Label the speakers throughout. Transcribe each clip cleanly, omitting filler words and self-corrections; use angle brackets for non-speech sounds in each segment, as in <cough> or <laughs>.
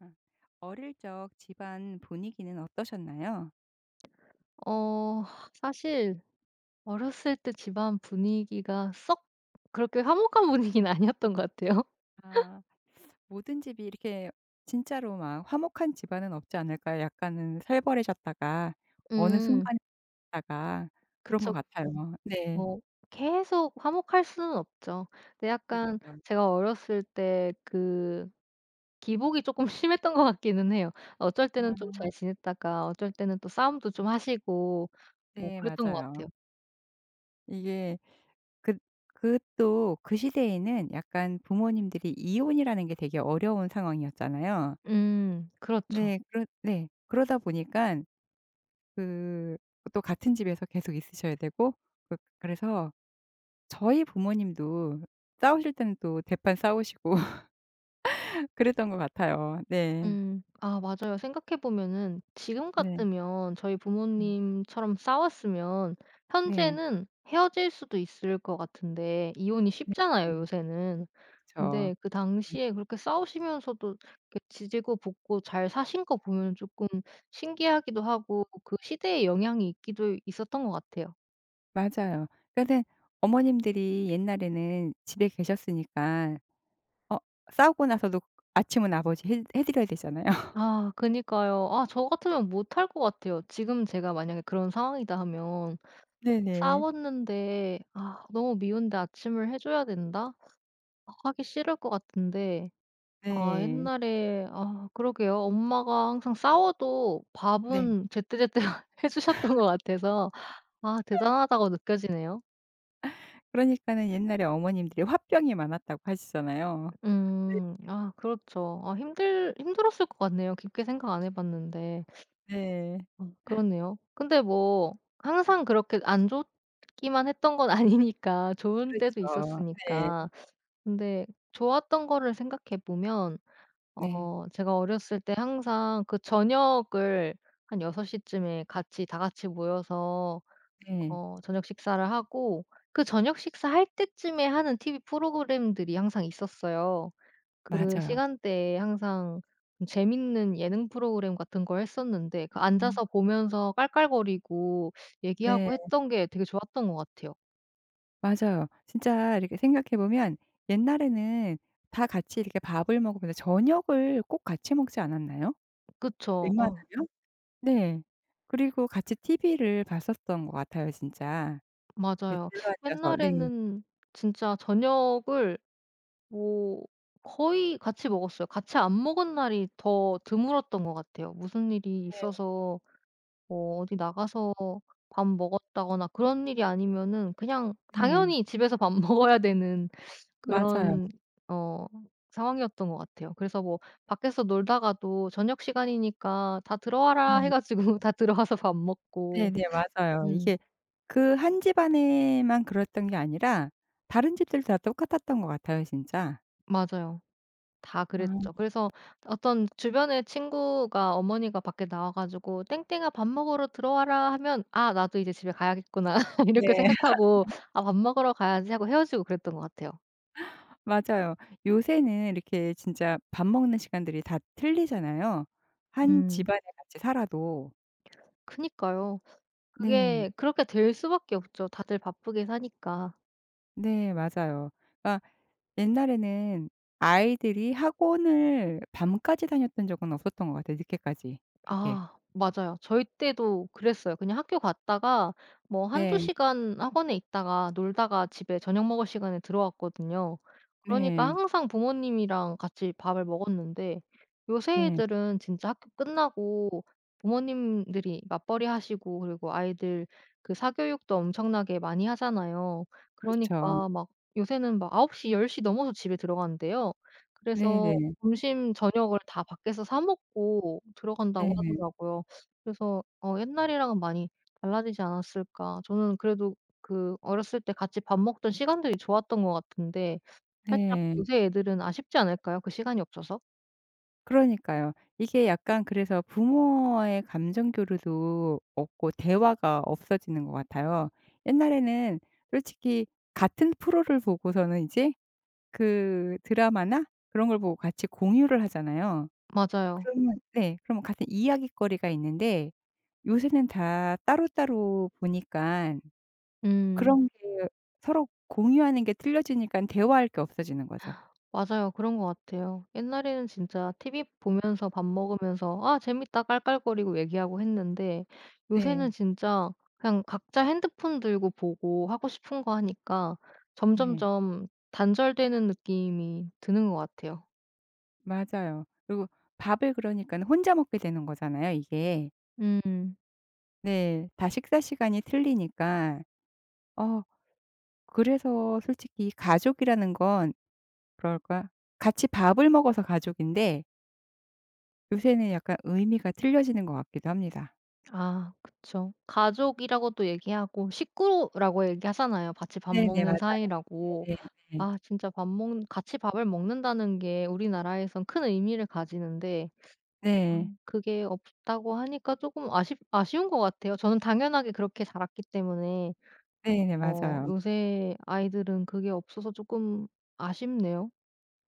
Speaker 1: 아. 어릴 적 집안 분위기는 어떠셨나요?
Speaker 2: 어 사실 어렸을 때 집안 분위기가 썩 그렇게 화목한 <laughs> 분위기는 아니었던 것 같아요.
Speaker 1: 아, 모든 집이 이렇게 진짜로 막 화목한 집안은 없지 않을까요? 약간은 살벌해졌다가
Speaker 2: <laughs>
Speaker 1: 어느
Speaker 2: 음.
Speaker 1: 순간에 있다가 그런 것
Speaker 2: 그쵸.
Speaker 1: 같아요. 네.
Speaker 2: 뭐 계속 화목할 수는 없죠. 근데 약간
Speaker 1: 그렇죠.
Speaker 2: 제가 어렸을 때 그 기복이 조금 <laughs> 심했던 것 같기는 해요. 어쩔 때는 좀
Speaker 1: 아,
Speaker 2: 잘 지냈다가 어쩔 때는 또 싸움도 좀 하시고 뭐
Speaker 1: 네,
Speaker 2: 그랬던 것
Speaker 1: 맞아요.
Speaker 2: 같아요.
Speaker 1: 이게 그 그또 그 시대에는 약간 부모님들이 이혼이라는 게 되게 어려운 상황이었잖아요.
Speaker 2: 음. 그렇죠.
Speaker 1: 네. 그, 네. 그러다 보니까 그 또 같은 집에서 계속 있으셔야 되고 그래서 저희 부모님도 싸우실 때는 또 대판 싸우시고 <laughs> 그랬던 것 같아요. 네.
Speaker 2: 음. 아 맞아요. 생각해 보면은 지금
Speaker 1: 네.
Speaker 2: 같으면 저희
Speaker 1: 네.
Speaker 2: 부모님처럼 싸웠으면
Speaker 1: 네.
Speaker 2: 현재는 헤어질 수도 있을 것 같은데 이혼이
Speaker 1: 네.
Speaker 2: 쉽잖아요, 요새는.
Speaker 1: 그렇죠.
Speaker 2: 근데 그
Speaker 1: 네.
Speaker 2: 당시에 그렇게 싸우시면서도 이렇게 지지고 볶고 잘 사신 거 보면 조금 신기하기도 하고 그 시대의 영향이 있기도 있었던 것 같아요.
Speaker 1: 맞아요. 그러니까는 어머님들이 옛날에는 집에 계셨으니까 어 싸우고 나서도 아침은 아버지 해 드려야 되잖아요. <laughs>
Speaker 2: 아 그니까요. 아 저 같으면 못할 것 같아요. 지금 제가 만약에 그런 상황이다 하면.
Speaker 1: 네네.
Speaker 2: 싸웠는데 '아 너무 미운데 아침을 해 줘야 된다.' 아 하기 싫을 것 같은데. 아
Speaker 1: 네.
Speaker 2: 옛날에, 아 그러게요. 엄마가 항상 싸워도
Speaker 1: 네.
Speaker 2: 밥은 제때제때 <laughs> 해 주셨던 것 같아서 아 대단하다고 느껴지네요.
Speaker 1: 그러니까는 옛날에 어머님들이 화병이 많았다고 하시잖아요.
Speaker 2: 음. 아 그렇죠. 아 힘들었을 것 같네요. 깊게 생각 안 해 봤는데.
Speaker 1: 네.
Speaker 2: 아 그렇네요. 근데 뭐 항상 그렇게 안 좋기만 했던 건 아니니까 좋은 때도
Speaker 1: 그렇죠. 네.
Speaker 2: 있었으니까. 근데 좋았던 거를 생각해 보면,
Speaker 1: 네.
Speaker 2: 제가 어렸을 때 항상 그 저녁을 한6섯시 쯤에 같이 다 같이 모여서
Speaker 1: 네.
Speaker 2: 저녁 식사를 하고, 그 저녁 식사할 때쯤에 하는 TV 프로그램들이 항상 있었어요. 그
Speaker 1: 맞아요.
Speaker 2: 시간대에 항상 좀 재밌는 예능 프로그램 같은 걸 했었는데, 그
Speaker 1: 음.
Speaker 2: 앉아서 보면서 깔깔거리고
Speaker 1: 네.
Speaker 2: 얘기하고 했던 게 되게 좋았던 것 같아요.
Speaker 1: 맞아요. 진짜 이렇게 생각해 보면 옛날에는 다 같이 이렇게 밥을 먹으면서 저녁을 꼭 같이 먹지 않았나요?
Speaker 2: 그쵸.
Speaker 1: 웬만하면? 네. 그리고 같이 TV를 봤었던 것 같아요 진짜. 이렇게
Speaker 2: 맞아요.
Speaker 1: 둘러 앉아서 네.
Speaker 2: 옛날에는 진짜 저녁을 뭐 거의 같이 먹었어요. 같이 안 먹은 날이 더 드물었던 것 같아요. 무슨 일이
Speaker 1: 네.
Speaker 2: 있어서 뭐 어디 나가서 밥 먹었다거나 그런 일이 아니면은 그냥
Speaker 1: 네.
Speaker 2: 당연히 집에서 밥 <laughs> 먹어야 되는
Speaker 1: 맞아요.
Speaker 2: 그런 어 상황이었던 것 같아요. 그래서 뭐 밖에서 놀다가도 저녁 시간이니까 "다 들어와라." 해
Speaker 1: 네.
Speaker 2: 가지고 <laughs> 다 들어와서 밥 먹고.
Speaker 1: 네네. 맞아요.
Speaker 2: 음.
Speaker 1: 이게 그 한 집안에만 그랬던 게 아니라 다른 집들도 다 똑같았던 것 같아요 진짜.
Speaker 2: 맞아요. 다 그랬죠.
Speaker 1: 아,
Speaker 2: 그래서 어떤 주변에 친구가 어머니가 밖에 나와 가지고 "땡땡아 밥 먹으러 들어와라." 하면 '아 나도 이제 집에 가야겠구나.' <laughs> 이렇게
Speaker 1: 네.
Speaker 2: 생각하고 '아 밥 먹으러 가야지.' 하고 헤어지고 그랬던 것 같아요.
Speaker 1: 맞아요. 요새는 이렇게 진짜 밥 먹는 시간들이 다 틀리잖아요, 한
Speaker 2: 음.
Speaker 1: 집안에 같이 살아도.
Speaker 2: 그니까요. 음.
Speaker 1: 네.
Speaker 2: 그게 그렇게 될 수밖에 없죠. 다들 바쁘게 사니까.
Speaker 1: 네 맞아요. 그러니까 옛날에는 아이들이 학원을 밤까지 다녔던 적은 없었던 것 같아요, 늦게까지. 그렇게.
Speaker 2: 아 맞아요. 저희 때도 그랬어요. 그냥 학교 갔다가 뭐 한두
Speaker 1: 네.
Speaker 2: 시간 학원에 있다가 놀다가 집에 저녁 먹을 시간에 들어왔거든요. 그러니까
Speaker 1: 네.
Speaker 2: 항상 부모님이랑 같이 밥을 먹었는데, 요새
Speaker 1: 네.
Speaker 2: 애들은 진짜 학교 끝나고 부모님들이 맞벌이 하시고, 그리고 아이들 그 사교육도 엄청나게 많이 하잖아요.
Speaker 1: 그렇죠.
Speaker 2: 그러니까 막 요새는 막9홉시1 0 넘어서 집에 들어간대요. 그래서
Speaker 1: 네네.
Speaker 2: 점심 저녁을 다 밖에서 사 먹고 들어간다고
Speaker 1: 네네.
Speaker 2: 하더라고요. 그래서 옛날이랑은 많이 달라지지 않았을까. 저는 그래도 그 어렸을 때 같이 밥 먹던 시간들이 좋았던 것 같은데, 살짝
Speaker 1: 네.
Speaker 2: 요새 애들은 아쉽지 않을까요? 그 시간이 없어서?
Speaker 1: 그러니까요. 이게 약간 그래서 부모와의 감정 교류도 없고 대화가 없어지는 것 같아요. 옛날에는 솔직히 같은 프로를 보고서는 이제 그 드라마나 그런 걸 보고 같이 공유를 하잖아요.
Speaker 2: 맞아요.
Speaker 1: 그러면, 네, 그러면 같은 이야깃거리가 있는데 요새는 다 따로따로 보니까
Speaker 2: 음.
Speaker 1: 그런 게 서로 공유하는 게 틀려지니까 대화할 게 없어지는 거죠.
Speaker 2: 맞아요. 그런 것 같아요. 옛날에는 진짜 TV 보면서 밥 먹으면서 '아 재밌다.' 깔깔거리고 얘기하고 했는데, 요새는
Speaker 1: 네.
Speaker 2: 진짜 그냥 각자 핸드폰 들고 보고 하고 싶은 거 하니까
Speaker 1: 네,
Speaker 2: 점점점 단절되는 느낌이 드는 것 같아요.
Speaker 1: 맞아요. 그리고 밥을, 그러니까 혼자 먹게 되는 거잖아요 이게.
Speaker 2: 음.
Speaker 1: 네. 다 식사 시간이 틀리니까. 어 그래서 솔직히 가족이라는 건 그럴까 같이 밥을 먹어서 가족인데 요새는 약간 의미가 틀려지는 것 같기도 합니다.
Speaker 2: 아 그쵸. 가족이라고도 얘기하고 식구라고 얘기하잖아요, 같이 밥
Speaker 1: 네네.
Speaker 2: 먹는
Speaker 1: 맞아요.
Speaker 2: 사이라고.
Speaker 1: 네네. 네.
Speaker 2: 아 진짜 밥 먹는 같이 밥을 먹는다는 게 우리나라에선 큰 의미를 가지는데,
Speaker 1: 네,
Speaker 2: 그게 없다고 하니까 조금 아쉽 아쉬운 것 같아요. 저는 당연하게 그렇게 자랐기 때문에,
Speaker 1: 네네. 맞아요.
Speaker 2: 요새 아이들은 그게 없어서 조금 아쉽네요.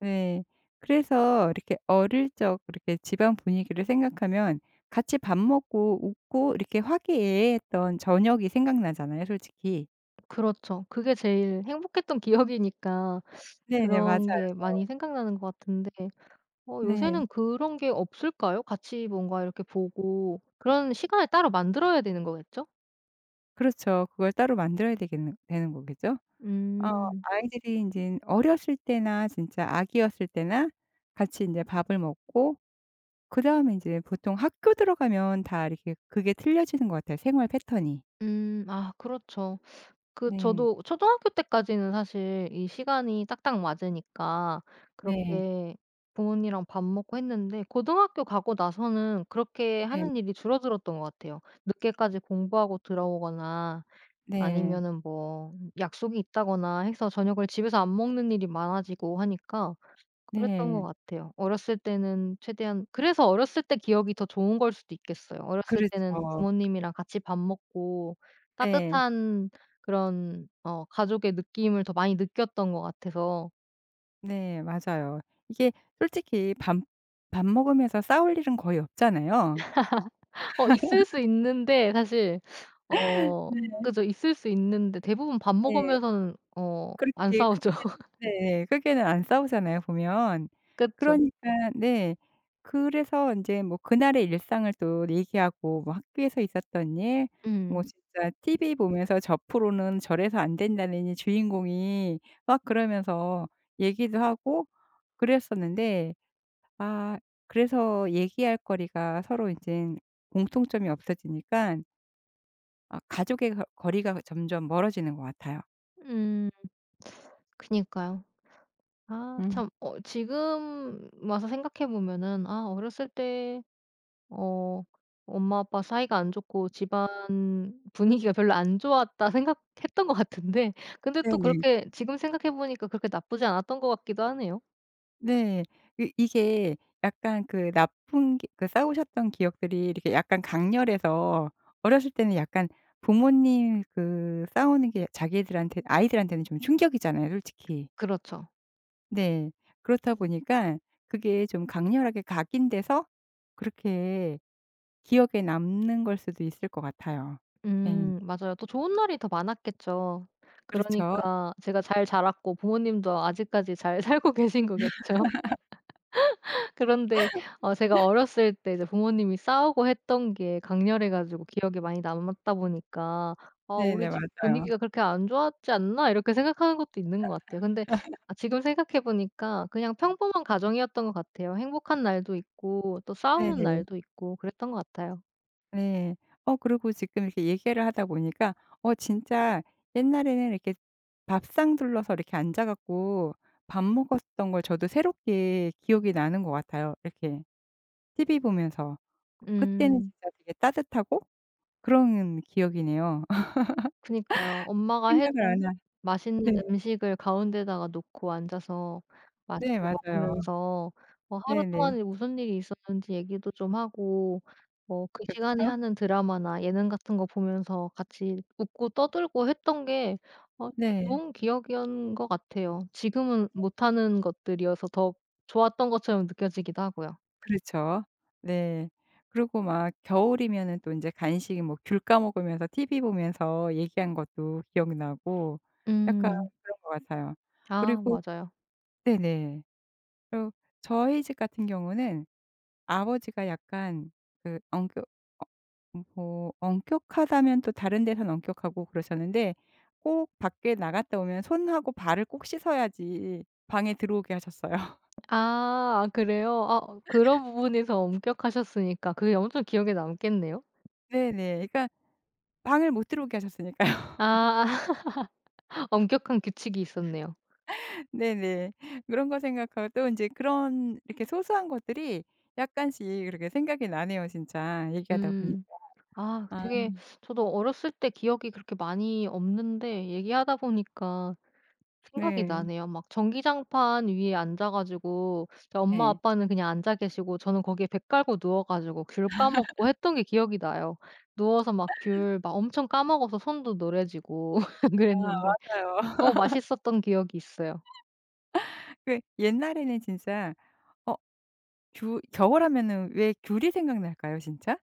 Speaker 1: 네. 그래서 이렇게 어릴 적 이렇게 집안 분위기를 생각하면 같이 밥 먹고 웃고 이렇게 화기애애했던 저녁이 생각나잖아요 솔직히.
Speaker 2: 그렇죠. 그게 제일 행복했던 <laughs> 기억이니까
Speaker 1: 네네.
Speaker 2: 그런
Speaker 1: 맞아요.
Speaker 2: 게 많이 생각나는 것 같은데,
Speaker 1: 네.
Speaker 2: 요새는 그런 게 없을까요? 같이 뭔가 이렇게 보고 그런 시간을 따로 만들어야 되는 거겠죠?
Speaker 1: 그렇죠. 그걸 따로 만들어야 되겠는 되는 거겠죠? 어
Speaker 2: 음.
Speaker 1: 아이들이 인젠 어렸을 때나 진짜 아기였을 때나 같이 인제 밥을 먹고 그다음에 인제 보통 학교 들어가면 다 이렇게 그게 틀려지는 것 같아요, 생활 패턴이.
Speaker 2: 음. 아 그렇죠. 그
Speaker 1: 네.
Speaker 2: 저도 초등학교 때까지는 사실 이 시간이 딱딱 맞으니까
Speaker 1: 네.
Speaker 2: 그렇게 부모님이랑 밥 먹고 했는데, 고등학교 가고 나서는 그렇게
Speaker 1: 네.
Speaker 2: 하는 일이 줄어들었던 것 같아요. 늦게까지 공부하고 들어오거나
Speaker 1: 네.
Speaker 2: 아니면은 뭐 약속이 있다거나 해서 저녁을 집에서 안 먹는 일이 많아지고 하니까 그랬던 것
Speaker 1: 네.
Speaker 2: 같아요. 어렸을 때는 최대한, 그래서 어렸을 때 기억이 더 좋은 걸 수도 있겠어요. 어렸을
Speaker 1: 그렇죠.
Speaker 2: 때는 부모님이랑 같이 밥 먹고
Speaker 1: 네.
Speaker 2: 따뜻한 그런 가족의 느낌을 더 많이 느꼈던 것 같아서.
Speaker 1: 네, 맞아요. 이게 솔직히 밥 먹으면서 싸울 일은 거의 없잖아요.
Speaker 2: 있을 수 있는데, 사실. 어
Speaker 1: 네.
Speaker 2: 그죠. 있을 수 있는데 대부분 밥
Speaker 1: 네.
Speaker 2: 먹으면서는 안
Speaker 1: 그렇게
Speaker 2: 싸우죠.
Speaker 1: 크게는,
Speaker 2: <laughs>
Speaker 1: 네, 크게는 안 싸우잖아요 보면.
Speaker 2: 그쵸.
Speaker 1: 그러니까 네. 그래서 인제 뭐 그날의 일상을 또 얘기하고 뭐 학교에서 있었던 일, 뭐
Speaker 2: 음.
Speaker 1: 진짜 TV 보면서 "저 프로는 저래서 안 된다느니." 주인공이 막 그러면서 얘기도 하고 그랬었는데, 아, 그래서 얘기할 거리가 서로 인젠 공통점이 없어지니까 아 가족의 거 거리가 점점 멀어지는 것 같아요.
Speaker 2: 음. 그니까요. 아
Speaker 1: 음.
Speaker 2: 참, 지금 와서 생각해 보면은 '아 어렸을 때 어 엄마 아빠 사이가 안 좋고 집안 분위기가 별로 안 좋았다.' 생각했던 것 같은데 <laughs> 근데 또
Speaker 1: 네네.
Speaker 2: 그렇게 지금 생각해 보니까 그렇게 나쁘지 않았던 것 같기도 하네요.
Speaker 1: 네. 그 이게 약간 그 나쁜 기 그 싸우셨던 기억들이 이렇게 약간 강렬해서 어렸을 때는 약간 부모님 그 싸우는 게 자기들한테 아이들한테는 좀 충격이잖아요 솔직히.
Speaker 2: 그렇죠.
Speaker 1: 네. 그렇다 보니까 그게 좀 강렬하게 각인돼서 그렇게 기억에 남는 걸 수도 있을 것 같아요. 네.
Speaker 2: 맞아요. 또 좋은 날이 더 많았겠죠.
Speaker 1: 그렇죠.
Speaker 2: 그러니까 제가 잘 자랐고 부모님도 아직까지 잘 <laughs> 살고 계신 거겠죠. 그런데 제가 어렸을 때 이제 부모님이 싸우고 했던 게 강렬해 가지고 기억에 많이 남았다 보니까 '아 우리
Speaker 1: 네네.
Speaker 2: 집
Speaker 1: 맞아요.
Speaker 2: 분위기가 그렇게 안 좋았지 않나?' 이렇게 생각하는 것도 있는 것 같아요. 근데 아 지금 생각해 보니까 그냥 평범한 가정이었던 것 같아요. 행복한 날도 있고 또 싸우는
Speaker 1: 네네.
Speaker 2: 날도 있고 그랬던 것 같아요.
Speaker 1: 네. 그리고 지금 이렇게 얘기를 하다 보니까 진짜 옛날에는 이렇게 밥상 둘러서 이렇게 앉아 갖고 밥 먹었던 걸 저도 새롭게 기억이 나는 것 같아요. 이렇게 TV 보면서. 그때는
Speaker 2: 음.
Speaker 1: 진짜 되게 따뜻하고 그런 기억이네요. <laughs>
Speaker 2: 그니까요. 엄마가 해
Speaker 1: 생각을 안 한
Speaker 2: 맛있는
Speaker 1: 네.
Speaker 2: 음식을 가운데다가 놓고 앉아서
Speaker 1: 네
Speaker 2: 맛있게
Speaker 1: 맞아요.
Speaker 2: 먹으면서 하루
Speaker 1: 네네.
Speaker 2: 동안에 무슨 일이 있었는지 얘기도 좀 하고, 그 시간에
Speaker 1: 그렇죠.
Speaker 2: 하는 드라마나 예능 같은 거 보면서 같이 웃고 떠들고 했던 게 어
Speaker 1: 네.
Speaker 2: 좋은 기억이었던 것 같아요. 지금은 못하는 것들이어서 더 좋았던 것처럼 느껴지기도 하고요.
Speaker 1: 그렇죠. 네. 그리고 막 겨울이면은 또 인제 간식 뭐 귤 까먹으면서 TV 보면서 얘기한 것도 기억나고 약간
Speaker 2: 음.
Speaker 1: 그런 것 같아요.
Speaker 2: 아
Speaker 1: 그리고
Speaker 2: 맞아요.
Speaker 1: 네네. 그리고 저희 집 같은 경우는 아버지가 약간 그 엄격 어 뭐 엄격하다면 또 다른 데선 엄격하고 그러셨는데 꼭 밖에 나갔다 오면 손하고 발을 꼭 씻어야지 방에 들어오게 하셨어요. <laughs>
Speaker 2: 아 그래요? 아 그런 부분에서 엄격하셨으니까 그게 엄청 기억에 남겠네요.
Speaker 1: 네네. 그러니까 방을 못 들어오게 하셨으니까요.
Speaker 2: 아 엄격한 규칙이 있었네요.
Speaker 1: 네네. 그런 거 생각하고 또 인제 그런 이렇게 소소한 것들이 약간씩 그렇게 생각이 나네요 진짜 얘기하다 보니까.
Speaker 2: 음. 아
Speaker 1: 아.
Speaker 2: 되게, 저도 어렸을 때 기억이 그렇게 많이 없는데 얘기하다 보니까 생각이
Speaker 1: 네.
Speaker 2: 나네요. 막 전기장판 위에 앉아 가지고 저희 엄마
Speaker 1: 네.
Speaker 2: 아빠는 그냥 앉아 계시고 저는 거기에 배 깔고 누워 가지고 귤 까먹고 했던 게 기억이 나요. 누워서 막 귤 막 엄청 까먹어서 손도 노래지고
Speaker 1: 아,
Speaker 2: <laughs> 그랬는데
Speaker 1: 맞아요.
Speaker 2: 너무
Speaker 1: <laughs>
Speaker 2: 맛있었던 기억이 있어요.
Speaker 1: 그 옛날에는 진짜 어 귤, 겨울하면은 왜 귤이 생각날까요 진짜?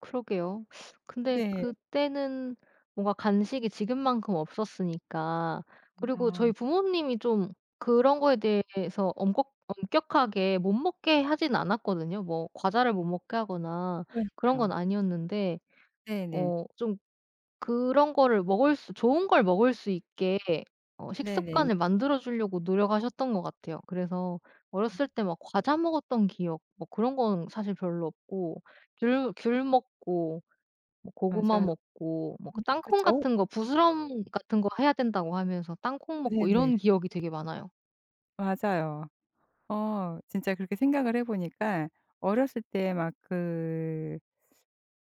Speaker 2: 그러게요. 근데
Speaker 1: 네.
Speaker 2: 그때는 뭔가 간식이 지금만큼 없었으니까. 그리고
Speaker 1: 아.
Speaker 2: 저희 부모님이 좀 그런 거에 대해서 엄격하게 못 먹게 하진 않았거든요. 뭐 과자를 못 먹게 하거나 그런 건
Speaker 1: 그러니까요.
Speaker 2: 아니었는데
Speaker 1: 네네.
Speaker 2: 좀 그런 거를 먹을 수 좋은 걸 먹을 수 있게
Speaker 1: 네네.
Speaker 2: 식습관을 만들어 주려고 노력하셨던 것 같아요. 그래서
Speaker 1: 음.
Speaker 2: 어렸을 때 막 과자 먹었던 기억, 뭐 그런 건 사실 별로 없고 귤 먹고 뭐 고구마
Speaker 1: 맞아요.
Speaker 2: 먹고 뭐 그
Speaker 1: 음,
Speaker 2: 땅콩
Speaker 1: 그죠?
Speaker 2: 같은 거, 부스럼 같은 거 해야 된다고 하면서 땅콩 먹고,
Speaker 1: 네네.
Speaker 2: 이런 기억이 되게 많아요.
Speaker 1: 맞아요. 진짜 그렇게 생각을 해 보니까 어렸을 때막그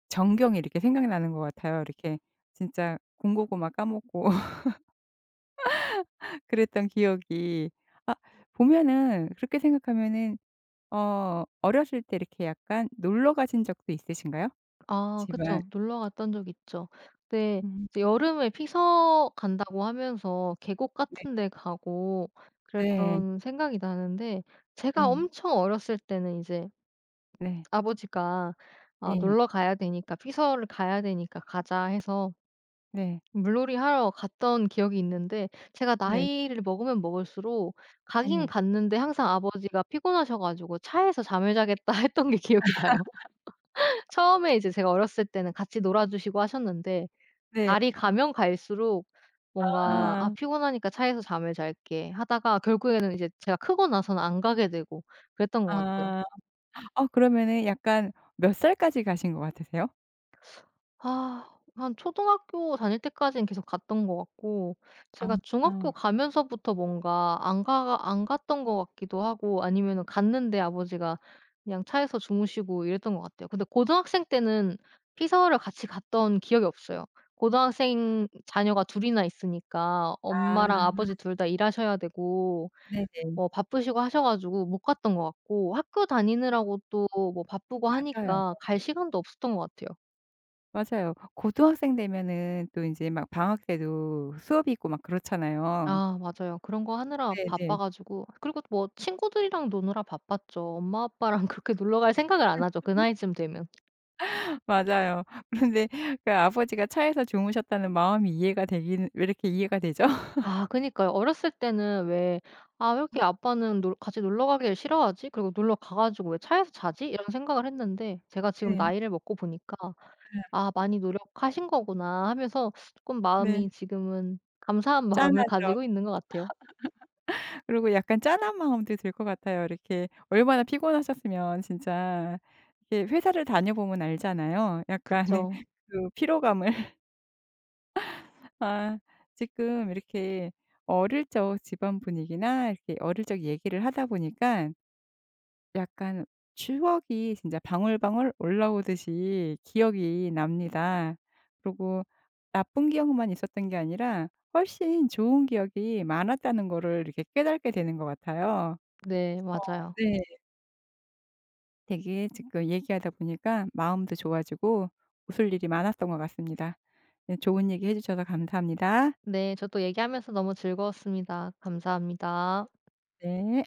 Speaker 1: 전경이 이렇게 생각나는 것 같아요. 이렇게 진짜 공고고 막 까먹고 <laughs> 그랬던 기억이, 아, 보면은 그렇게 생각하면은 어렸을 때 이렇게 약간 놀러 가신 적도 있으신가요?
Speaker 2: 아
Speaker 1: 집안,
Speaker 2: 그쵸. 놀러 갔던 적 있죠. 그때
Speaker 1: 음.
Speaker 2: 이제 여름에 피서 간다고 하면서 계곡
Speaker 1: 네.
Speaker 2: 같은 데 가고
Speaker 1: 네.
Speaker 2: 그랬던 생각이 나는데, 제가
Speaker 1: 네,
Speaker 2: 엄청 어렸을 때는 이제
Speaker 1: 네.
Speaker 2: 아버지가 '아
Speaker 1: 예.
Speaker 2: 놀러 가야 되니까, 피서를 가야 되니까 가자.' 해서
Speaker 1: 네.
Speaker 2: 물놀이 하러 갔던 기억이 있는데, 제가
Speaker 1: 네.
Speaker 2: 나이를 먹으면 먹을수록
Speaker 1: 예.
Speaker 2: 가긴
Speaker 1: 네.
Speaker 2: 갔는데 항상 아버지가 피곤하셔 가지고 "차에서 잠을 자겠다." <laughs> 했던 게 기억이 나요. 처음에 이제 제가 어렸을 때는 같이 놀아 주시고 하셨는데,
Speaker 1: 네.
Speaker 2: 날이 가면 갈수록 뭔가 '아
Speaker 1: 아.
Speaker 2: 피곤하니까 차에서 잠을 잘게.' 하다가 결국에는 이제 제가 크고 나서는 안 가게 되고 그랬던 것 같아요.
Speaker 1: 아. 어 그러면은 약간 몇 살까지 가신 것 같으세요?
Speaker 2: 아 한 초등학교 다닐 때까지는 계속 갔던 것 같고,
Speaker 1: 아.
Speaker 2: 제가 중학교
Speaker 1: 아,
Speaker 2: 가면서부터 뭔가 안 갔던 것 같기도 하고 아니면은 갔는데 아버지가 그냥 차에서 주무시고 이랬던 것 같아요. 근데 고등학생 때는 피서를 같이 갔던 기억이 없어요. 고등학생 자녀가 둘 이나 있으니까 엄마랑 아버지 둘 다 일하셔야 되고,
Speaker 1: 네네.
Speaker 2: 뭐 바쁘시고 하셔 가지고 못 갔던 것 같고, 학교 다니느라고 또 뭐 바쁘고
Speaker 1: 맞아요.
Speaker 2: 하니까 갈 시간도 없었던 것 같아요.
Speaker 1: 맞아요. 고등학생 되면은 또 인제 막 방학 때도 수업이 있고 막 그렇잖아요.
Speaker 2: 아 맞아요. 그런 거 하느라 바빠
Speaker 1: 네네.
Speaker 2: 가지고, 그리고 뭐 친구들이랑 노느라 바빴죠. 엄마 아빠랑 <laughs> 그렇게 놀러 갈 생각을 안 하죠, 그 나이쯤 되면.
Speaker 1: 맞아요. <laughs> 그런데 그 아버지가 차에서 주무셨다는 마음이 이해가 되기는 왜 이렇게 이해가 되죠? <laughs>
Speaker 2: 아 그니까요. 어렸을 때는 왜 '아 왜 이렇게 아빠는 놀 같이 놀러 가기를 싫어하지? 그리고 놀러 가 가지고 왜 차에서 자지?' 이런 생각을 했는데, 제가 지금
Speaker 1: 네.
Speaker 2: 나이를 먹고 보니까
Speaker 1: 예.
Speaker 2: '아 많이 노력하신 거구나.' 하면서 조금
Speaker 1: 네.
Speaker 2: 마음이, 지금은 감사한 <laughs> 마음을
Speaker 1: 짠하죠.
Speaker 2: 가지고 있는 것 같아요.
Speaker 1: 그리고 약간 짠한 마음도 들 것 같아요. 이렇게 얼마나 피곤하셨으면 진짜 이렇게 회사를 다녀보면 알잖아요. 약간의
Speaker 2: 그쵸.
Speaker 1: <laughs> 그 피로감을. 아, 지금 이렇게 어릴 적 집안 분위기나 이렇게 어릴 적 얘기를 하다 보니까 약간 추억이 진짜 방울방울 올라오듯이 기억이 납니다. 그리고 나쁜 기억만 있었던 게 아니라 훨씬 좋은 기억이 많았다는 거를 이렇게 깨닫게 되는 것 같아요.
Speaker 2: 네 맞아요.
Speaker 1: 네. 되게 지금 얘기하다 보니까 마음도 좋아지고 웃을 일이 많았던 것 같습니다. 네, 좋은 얘기 해 주셔서 감사합니다.
Speaker 2: 네. 저도 얘기하면서 너무 즐거웠습니다. 감사합니다.
Speaker 1: 네.